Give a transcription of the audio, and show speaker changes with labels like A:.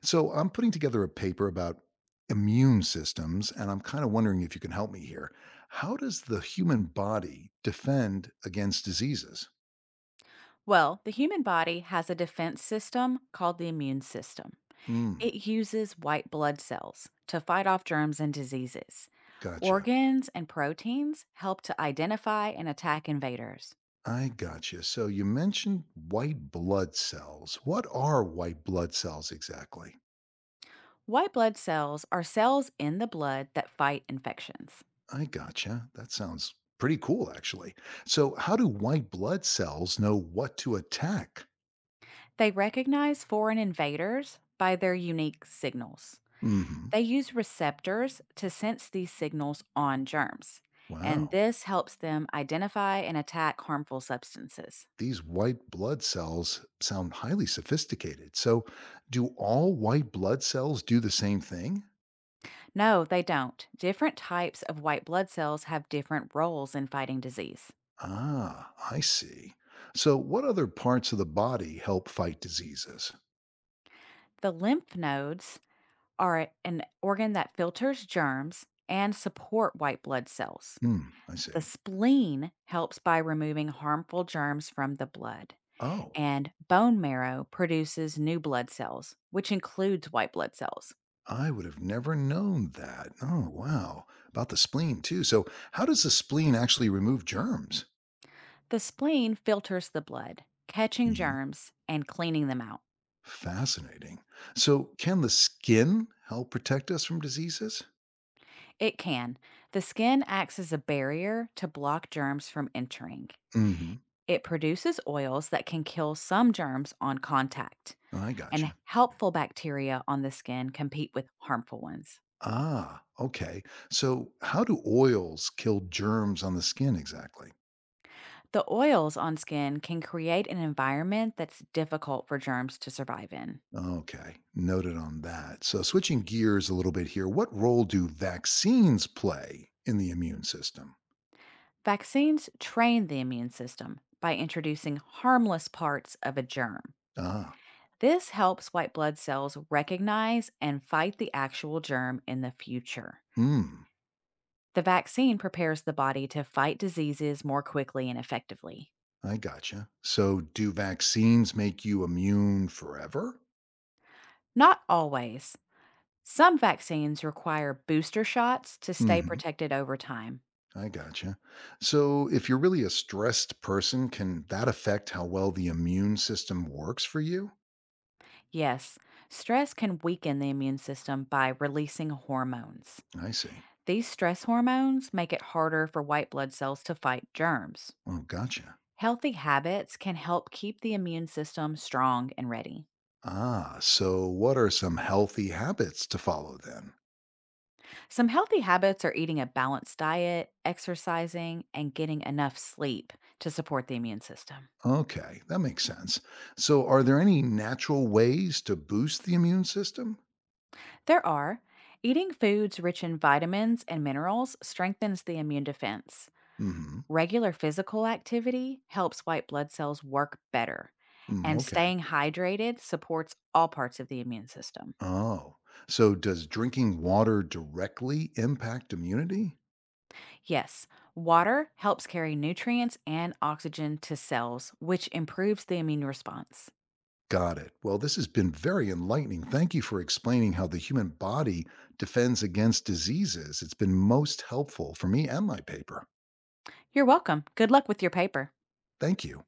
A: So I'm putting together a paper about immune systems, and I'm kind of wondering if you can help me here. How does the human body defend against diseases?
B: Well, the human body has a defense system called the immune system.
A: Mm.
B: It uses white blood cells to fight off germs and diseases.
A: Gotcha.
B: Organs and proteins help to identify and attack invaders.
A: I gotcha. So you mentioned white blood cells. What are white blood cells exactly?
B: White blood cells are cells in the blood that fight infections.
A: I gotcha. That sounds pretty cool, actually. So, how do white blood cells know what to attack?
B: They recognize foreign invaders by their unique signals.
A: Hmm.
B: They use receptors to sense these signals on germs, and
A: Wow.
B: this helps them identify and attack harmful substances.
A: These white blood cells sound highly sophisticated. So, do all white blood cells do the same thing?
B: No, they don't. Different types of white blood cells have different roles in fighting disease.
A: Ah, I see. So, what other parts of the body help fight diseases?
B: The lymph nodes are an organ that filters germs and support white blood cells.
A: Hmm, I
B: The
A: see.
B: spleen helps by removing harmful germs from the blood.
A: Oh,
B: And bone marrow produces new blood cells, which includes white blood cells.
A: I would have never known that. Oh, wow. About the spleen, too. So, how does the spleen actually remove germs?
B: The spleen filters the blood, catching
A: Hmm,
B: germs and cleaning them out.
A: fascinating. So, can the skin help protect us from diseases?
B: It can. The skin acts as a barrier to block germs from entering.
A: Mm
B: It produces oils that can kill some germs on contact,
A: hmm. I
B: and
A: gotcha.
B: helpful bacteria on the skin compete with harmful ones.
A: Ah, okay. So, how do oils kill germs on the skin exactly?
B: The oils on skin can create an environment that's difficult for germs to survive in.
A: Okay, noted on that. So, switching gears a little bit here, what role do vaccines play in the immune system?
B: Vaccines train the immune system by introducing harmless parts of a germ.
A: Ah.
B: This helps white blood cells recognize and fight the actual germ in the future.
A: Mm.
B: The vaccine prepares the body to fight diseases more quickly and effectively.
A: I gotcha. So, do vaccines make you immune forever?
B: Not always. Some vaccines require booster shots to stay
A: Hmm.
B: protected over time.
A: I gotcha. So, if you're really a stressed person, can that affect how well the immune system works for you?
B: Yes, stress can weaken the immune system by releasing hormones.
A: I see.
B: These stress hormones make it harder for white blood cells to fight germs.
A: Oh, gotcha.
B: Healthy habits can help keep the immune system strong and ready.
A: Ah, so what are some healthy habits to follow then?
B: Some healthy habits are eating a balanced diet, exercising, and getting enough sleep to support the immune system.
A: Okay, that makes sense. So, are there any natural ways to boost the immune system?
B: There are eating foods rich in vitamins and minerals strengthens the immune defense.
A: Mm-hmm.
B: Regular physical activity helps white blood cells work better.
A: Mm,
B: And
A: okay.
B: staying hydrated supports all parts of the immune system.
A: Oh, so does drinking water directly impact immunity?
B: Yes, water helps carry nutrients and oxygen to cells, which improves the immune response.
A: Got it. Well, this has been very enlightening. Thank you for explaining how the human body defends against diseases. It's been most helpful for me and my paper.
B: You're welcome. Good luck with your paper.
A: Thank you.